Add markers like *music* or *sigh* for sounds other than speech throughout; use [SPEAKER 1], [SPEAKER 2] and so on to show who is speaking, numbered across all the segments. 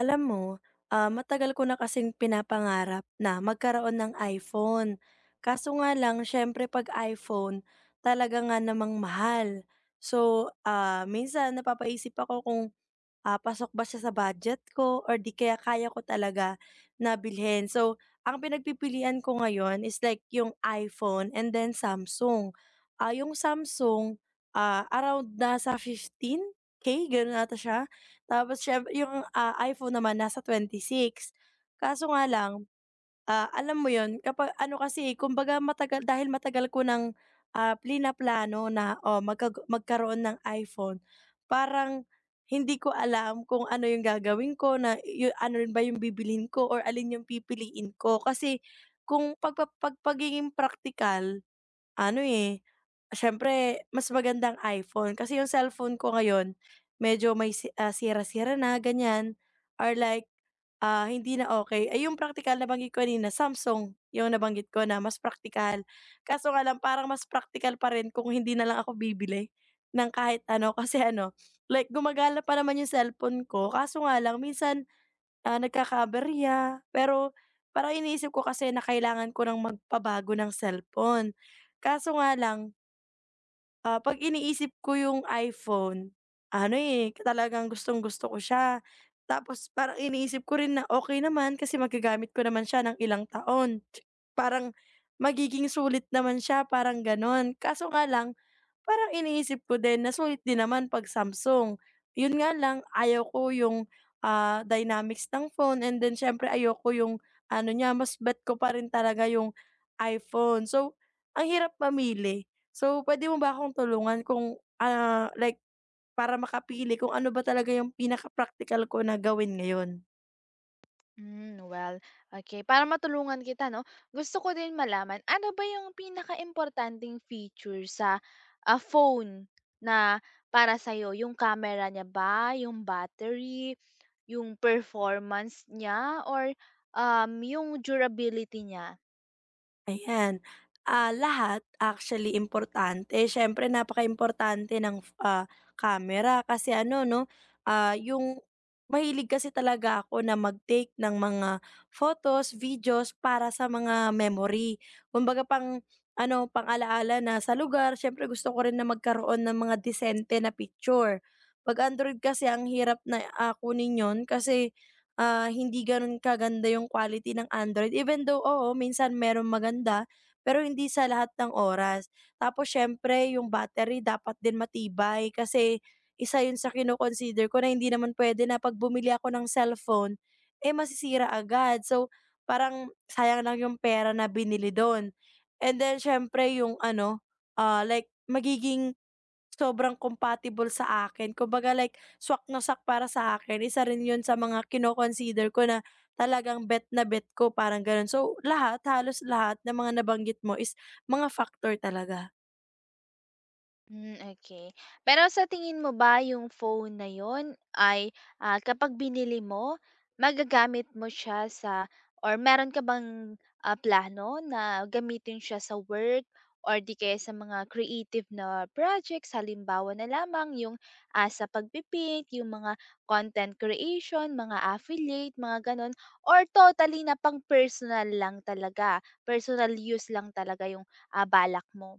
[SPEAKER 1] Alam mo, matagal ko na kasing pinapangarap na magkaroon ng iPhone. Kaso nga lang siyempre 'pag iPhone talaga nga namang mahal. So, minsan napapaisip ako kung pasok ba siya sa budget ko or 'di kaya kaya ko talaga na bilhin. So, ang pinagpipilian ko ngayon is like yung iPhone and then Samsung. Yung Samsung, around nasa 15K gano'n ata siya. Tapos siyempre yung, iPhone naman nasa 26. Kaso nga lang, alam mo 'yun kapag ano kasi, eh, kumbaga matagal dahil matagal ko ng, plano na, oh, magkaroon ng iPhone. Parang hindi ko alam kung ano 'yung gagawin ko na ano rin ba 'yung bibilhin ko or alin 'yung pipiliin ko. Kasi kung pagpa pag pagiging praktikal ano, eh, siyempre mas magandang iPhone kasi yung cellphone ko ngayon medyo may sira-sira na ganyan or like, hindi na okay. Ay yung praktikal nabanggit ko kanina Samsung, yung nabanggit ko na mas praktikal. Kaso nga lang parang mas praktikal pa rin kung hindi na lang ako bibili ng kahit ano *laughs* kasi ano, like gumagala pa naman yung cellphone ko kaso nga lang minsan, nagkakaaberya. Pero parang iniisip ko kasi na kailangan ko ng magpabago ng cellphone. Kaso nga lang, 'pag iniisip ko yung iPhone, ano, eh, talagang gustong-gusto ko siya. Tapos parang iniisip ko rin na okey naman kasi magagamit ko naman siya ng ilang taon. Parang magiging sulit naman siya, parang gano'n. Kaso nga lang parang iniisip ko din na sulit din naman 'pag Samsung. 'Yun nga lang ayaw ko yung, dynamics ng phone and then syempre ayaw ko yung ano niya, mas bet ko pa rin talaga yung iPhone. So, ang hirap mamili. So, pwede mo ba akong tulungan kung, like para makapili kung ano ba talaga yung pinaka practical ko na gawin ngayon?
[SPEAKER 2] Well, okay, para matulungan kita 'no. Gusto ko din malaman, ano ba yung pinakaimportanteng feature sa phone na para sa'yo? Yung camera niya ba, yung battery, yung performance niya, or yung durability niya?
[SPEAKER 1] Ayan. Lahat actually importante. Napaka importante ng, camera kasi ano 'no, yung mahilig kasi talaga ako na mag-take ng mga photos, videos para sa mga memory. Kumbaga pang ano, pang-alaala na sa lugar. Siyempre gusto ko rin na magkaroon ng mga disente na picture. 'Pag Android kasi ang hirap na, kunin yun kasi hindi gano'n kaganda yung quality ng Android even though, oo, minsan meron maganda, pero hindi sa lahat ng oras. Tapos siyempre yung battery dapat din matibay kasi isa yun sa kino-consider ko na hindi naman pwede na 'pag bumili ako ng cellphone, eh, masisira agad. So, parang sayang lang yung pera na binili dun. And then siyempre yung ano, like magiging sobrang compatible sa akin kumbaga like swak na swak para sa akin, isa rin yun sa mga kino-consider ko na talagang bet na bet ko, parang ganon. So lahat, halos lahat ng mga nabanggit mo is mga factor talaga.
[SPEAKER 2] Okay. Pero sa tingin mo ba yung phone na yon ay kapag binili mo, magagamit mo siya sa, or meron ka bang plano na gamitin siya sa work or di kaya sa mga creative na projects? Halimbawa na lamang yung sa pagpipint, yung mga content creation, mga affiliate, mga gano'n, or totally na pang-personal lang talaga, personal use lang talaga yung balak mo?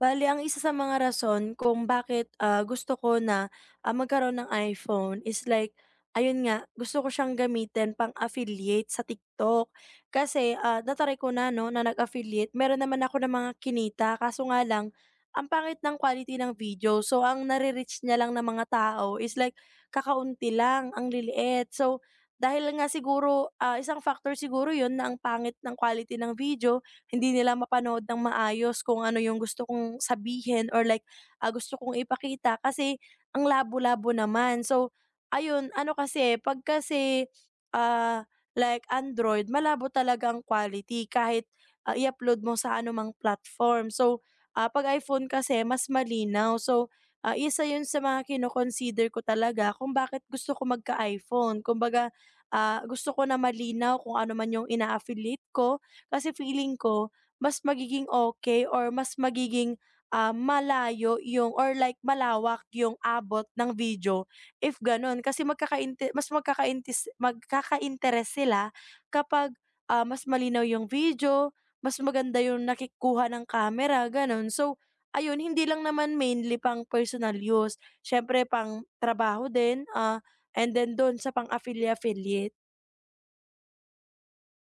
[SPEAKER 1] Bale ang isa sa mga rason kung bakit, gusto ko na, magkaroon ng iPhone is like, ayun nga, gusto ko siyang gamitin pang-affiliate sa TikTok. Kasi, na ko na 'no, na nag-affiliate. Meron naman ako ng mga kinita kaso nga lang, ang pangit ng quality ng video. So, ang nare-reach niya lang ng mga tao is like kakaunti lang, ang liliit. So, dahil nga siguro, isang factor siguro yon na ang pangit ng quality ng video hindi nila mapanood ng maayos kung ano yung gusto kong sabihin or like, gusto kong ipakita kasi ang labo-labo naman. So, ayun, ano kasi, 'pag kasi, ah, like Android, malabo talaga ang quality kahit, i-upload mo sa anumang platform. So, 'pag iPhone kasi mas malinaw. So, isa yun sa mga kino-consider ko talaga kung bakit gusto ko magka-iPhone. Kumbaga, gusto ko na malinaw kung ano man yung ina-affiliate ko kasi feeling ko mas magiging okay or mas magiging, malayo yung or like malawak yung abot ng video if gano'n. Kasi magkakainteres sila kapag, mas malinaw yung video, mas maganda yung nakikuha ng camera, gano'n. So, ayun hindi lang naman mainly pang personal use, siyempre pang trabaho din, and then do'n sa affiliate.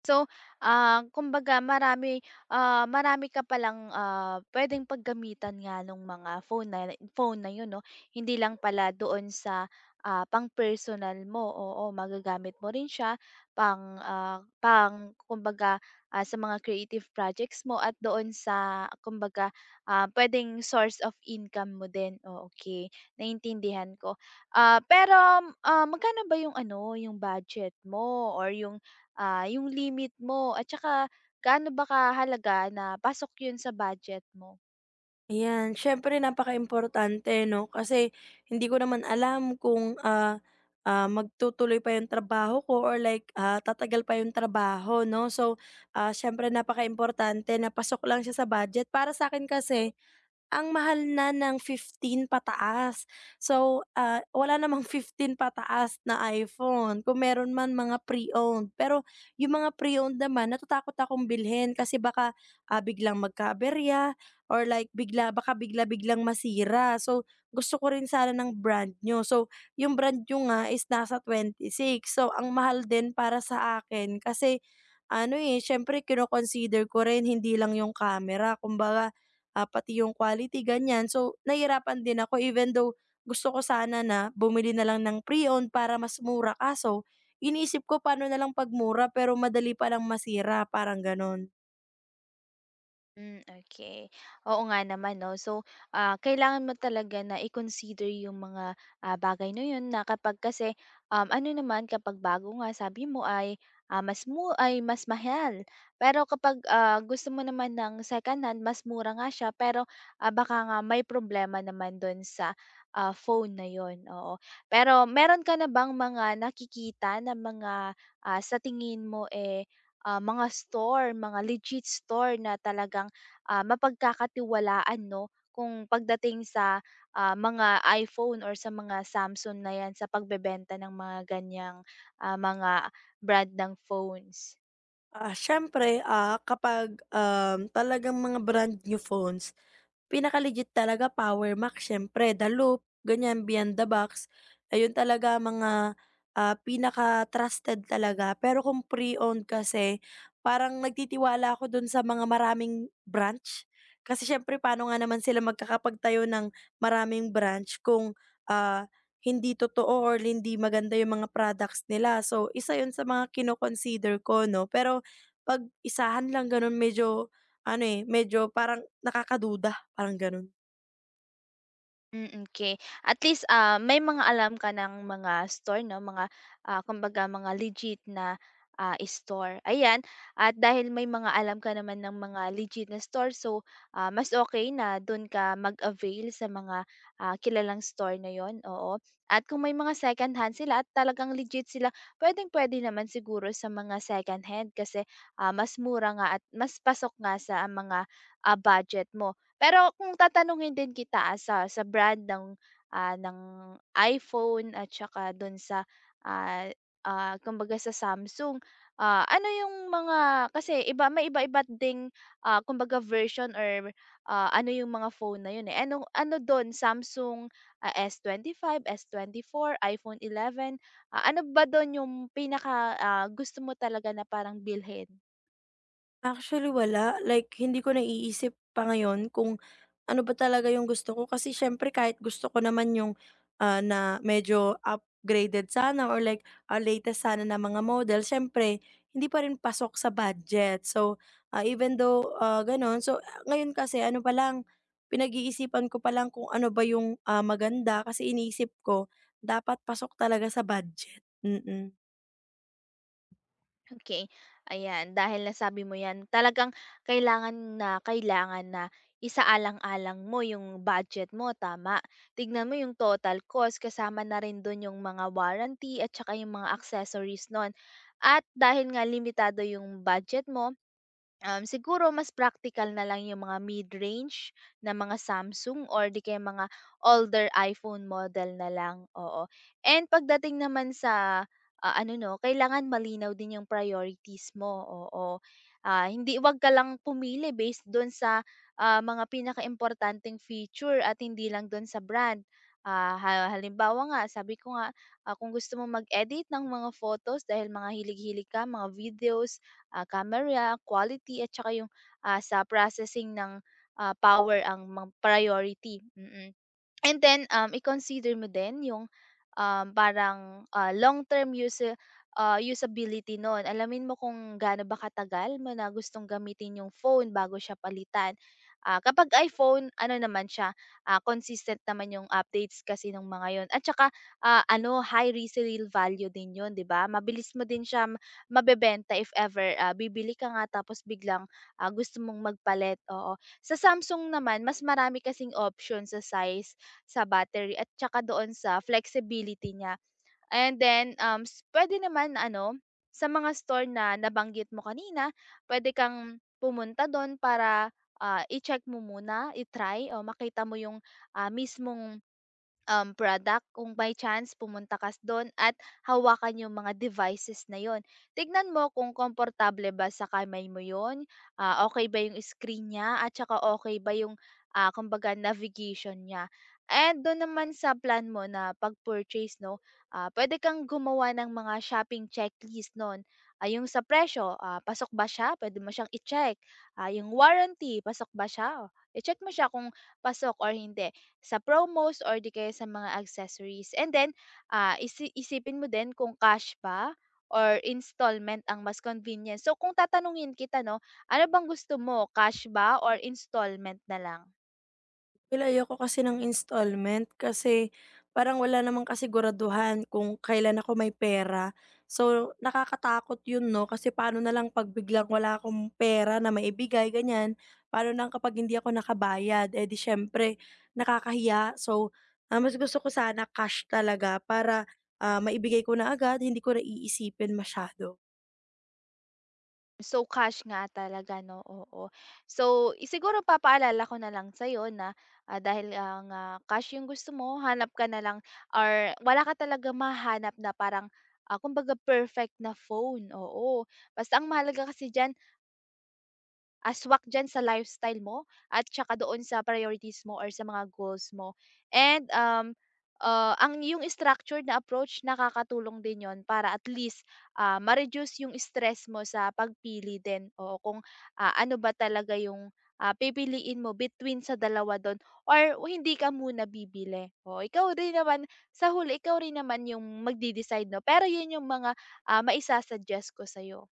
[SPEAKER 2] So, kumbaga marami, marami ka palang, puwedeng paggamitan nga nung mga phone na yun 'no. Hindi lang pala doon sa, pang-personal mo, oo, magagamit mo rin siya pang kumbaga, sa mga creative projects mo at doon sa kumbaga, puwedeng source of income mo din. Oh, okey, naintindihan ko. Pero, magkano ba yung ano, yung budget mo, or yung limit mo at saka gaano ba kahalaga na pasok yun sa budget mo?
[SPEAKER 1] Ayan, napaka importante, 'no, kasi hindi ko naman alam kung, magtutuloy pa yung trabaho ko or like, tatagal pa yung trabaho 'no. So, ah, napaka importante na pasok lang siya sa budget. Para sa akin kasi, ang mahal na ng fifteen pataas. So, wala namang *laughs* 15 pataas na iPhone, kung meron man mga pre-owned. Pero yung mga pre-owned naman natatakot akong bilhin kasi baka, biglang magkaaberya or like bigla-biglang masira. So, gusto ko rin sana ng brand nyo. So, yung brand new nga is nasa six. So, ang mahal din para sa akin kasi ano, eh, siyempre kino-consider ko rin hindi lang yung camera, kumbaga pati yung quality ganyan. So, nahirapan din ako even though gusto ko sana na bumili na lang ng pre-owned para mas mura kaso iniisip ko paano na lang 'pag pero madali pa lang masira, parang gano'n.
[SPEAKER 2] Okay. Oo nga naman 'no. So, kailangan mo talaga na i-consider yung mga, bagay na yun na kapag kasi, ano naman kapag bago nga sabi mo ay, mas mu ay mas mahal. Pero kapag, gusto mo naman ng second hand, mas mura nga siya, pero, baka nga may problema naman dun sa, phone na yun, oo. Pero meron ka na bang mga nakikita na mga, sa tingin mo, eh, mga store, mga legit store na talagang mapagkakatiwalaan 'no, kung pagdating sa, mga iPhone or sa mga Samsung na 'yan, sa pagbebenta ng mga ganyang mga brand ng phones.
[SPEAKER 1] Siyempre, kapag, talagang mga brand new phones, pinaka-legit talaga Power Mac siyempre, The Loop, ganyan, Beyond the Box, ayun talaga mga, pinaka-trusted talaga. Pero kung pre-owned kasi, parang nagtitiwala ako dun sa mga maraming branch. Kasi siyempre paano nga naman sila magkakapagtayo ng maraming branch kung, ah, hindi totoo or hindi maganda yung mga products nila. So, isa yun sa mga kino ko 'no, pero 'pag isahan lang ganun medyo ano, eh, medyo parang nakakaduda. Parang gano'n.
[SPEAKER 2] Okay. At least, may mga alam ka ng mga store 'no, mga, kumbaga mga legit na, store, ayan. At dahil may mga alam ka naman ng mga legit na store, so, mas okay na dun ka mag-avail sa mga, kilalang store na yon, oo. At kung may mga second hand sila at talagang legit sila, puwede naman siguro sa mga second hand kasi, mas mura nga at mas pasok nga sa mga, budget mo. Pero kung tatanungin din kita, sa brand ng iPhone at saka dun sa, ah, kumbaga sa Samsung, ano yung mga, kasi iba, may iba-iba ding, kumbaga version or, ano yung mga phone na yun, eh. Ano ano dun Samsung, S25, S24, iPhone 11, ano ba dun yung pinaka, gusto mo talaga na parang bilhin?
[SPEAKER 1] Actually wala, like hindi ko naiisip pa ngayon kung ano ba talaga yung gusto ko kasi siyempre kahit gusto ko naman yung, na medyo upgraded sana or like, latest sana na mga model siyempre hindi pa rin pasok sa budget. So, even though, gano'n so ngayon kasi ano pa lang, pinag-iisipan ko pa lang kung ano ba yung, maganda kasi iniisip ko dapat pasok talaga sa budget, mm.
[SPEAKER 2] Okey, ayan, dahil nasabi mo 'yan, talagang kailangan kailangan na isaalang-alang mo yung budget mo, tama. Tignan mo yung total cost, kasama na rin dun yung mga warranty at saka yung mga accessories nun. At dahil nga limitado yung budget mo, siguro mas practical na lang yung mga mid-range na mga Samsung or di kaya mga older iPhone model na lang, oo. And pagdating naman sa, ano 'no, kailangan malinaw din yung priorities mo, oo. Hindi, 'wag ka lang pumili based dun sa, mga pinakaimportanteng feature at hindi lang dun sa brand. Halimbawa nga, sabi ko nga, kung gusto mo mag-edit ng mga photos dahil mga hilig-hilig ka, mga videos, camera, quality, at saka yung, sa processing ng, power ang mga priority. Mm. Mm. And then, i-consider mo din yung, parang, long term use, ah, usability nun. Alamin mo kung gaano ba katagal mo na gustong gamitin yung phone bago siya palitan. Kapag iPhone, ano naman siya, consistent naman yung updates kasi nung mga yon, at saka, ano, high resale value din yun, 'di ba? Mabilis mo din siya mabebenta if ever, bibili ka nga tapos biglang, gusto mong magpalit, oo. Sa Samsung naman, mas marami kasing option sa size, sa battery at tsaka doon sa flexibility niya. And then, puwede naman ano, sa mga store na nabanggit mo kanina, pwede kang pumunta do'n para, i-check mo muna, i-try, o makita mo yung, mismong, um, product, kung by chance pumunta ka do'n at hawakan yung mga devices na yon. Tignan mo kung komportable ba sa kamay mo yon, ah, okay ba yung screen niya, at saka okay ba yung, kumbaga navigation niya. And dun naman sa plan mo na pag-purchase 'no, pwede kang gumawa ng mga shopping checklist nun. Yung sa presyo, pasok ba siya? Pwede mo siyang i-check. Yung warranty, pasok ba siya? Oh, i-check mo siya kung pasok or hindi. Sa promos or di kaya sa mga accessories. And then, isipin mo din kung cash ba or installment ang mas convenient. So kung tatanungin kita 'no, ano bang gusto mo, cash ba or installment na lang?
[SPEAKER 1] Well, ayoko kasi ng installment kasi parang wala namang kasiguraduhan kung kailan ako may pera. So, nakakatakot yun, no? Kasi paano na lang pag biglang wala akong pera na maibigay, ganyan. Paano na kapag hindi ako nakabayad? Eh di syempre, nakakahiya. So, mas gusto ko sana cash talaga para maibigay ko na agad, hindi ko na iisipin masyado.
[SPEAKER 2] So cash nga talaga 'no, oo. So siguro papaalala ko na lang sa'yo na, dahil ang, cash yung gusto mo, hanap ka na lang or wala ka talaga mahanap na parang, kumbaga perfect na phone, oo. Basta ang mahalaga kasi diyan, aswak diyan sa lifestyle mo at tsaka doon sa priorities mo or sa mga goals mo. And, yung structured na approach, nakakatulong din yon para at least, ma-reduce yung stress mo sa pagpili din, o kung, ano ba talaga yung, pipiliin mo between sa dalawa dun or hindi ka muna bibili. O, ikaw rin naman sa huli, ikaw rin naman yung magde-decide 'no, pero 'yun yung mga, maisa-suggest ko sa'yo.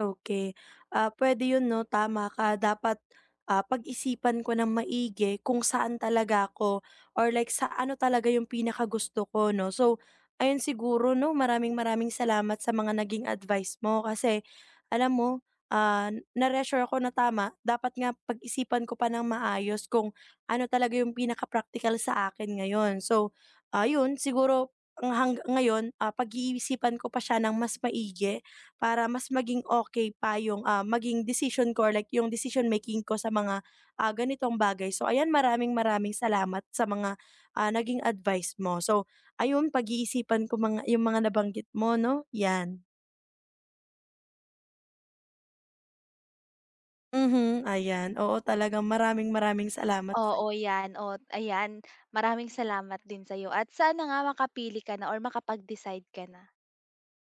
[SPEAKER 1] Okay, pwede 'yun 'no, tama ka. Dapat, pag-isipan ko ng maigi kung saan talaga ako or like sa ano talaga yung pinakagusto ko 'no. So, ayun siguro 'no, maraming maraming salamat sa mga naging advice mo kasi alam mo, ah, na-reassure ako na tama, dapat nga pag-isipan ko pa ng maayos kung ano talaga yung pinaka practical sa akin ngayon. So, ayun siguro ang ngayon, pag-iisipan ko pa siya ng mas maigi para mas maging okay pa yung, maging decision ko or like yung decision making ko sa mga, ganitong bagay. So ayan, maraming-maraming salamat sa mga, naging advice mo. So ayun, pag-iisipan ko yung mga nabanggit mo 'no, yan. Mhm, ayan. Oo, talagang maraming-maraming salamat sa
[SPEAKER 2] Oo, 'yan. O, ayan, maraming salamat din sa'yo at sana nga makapili ka na or makapag-decide ka na.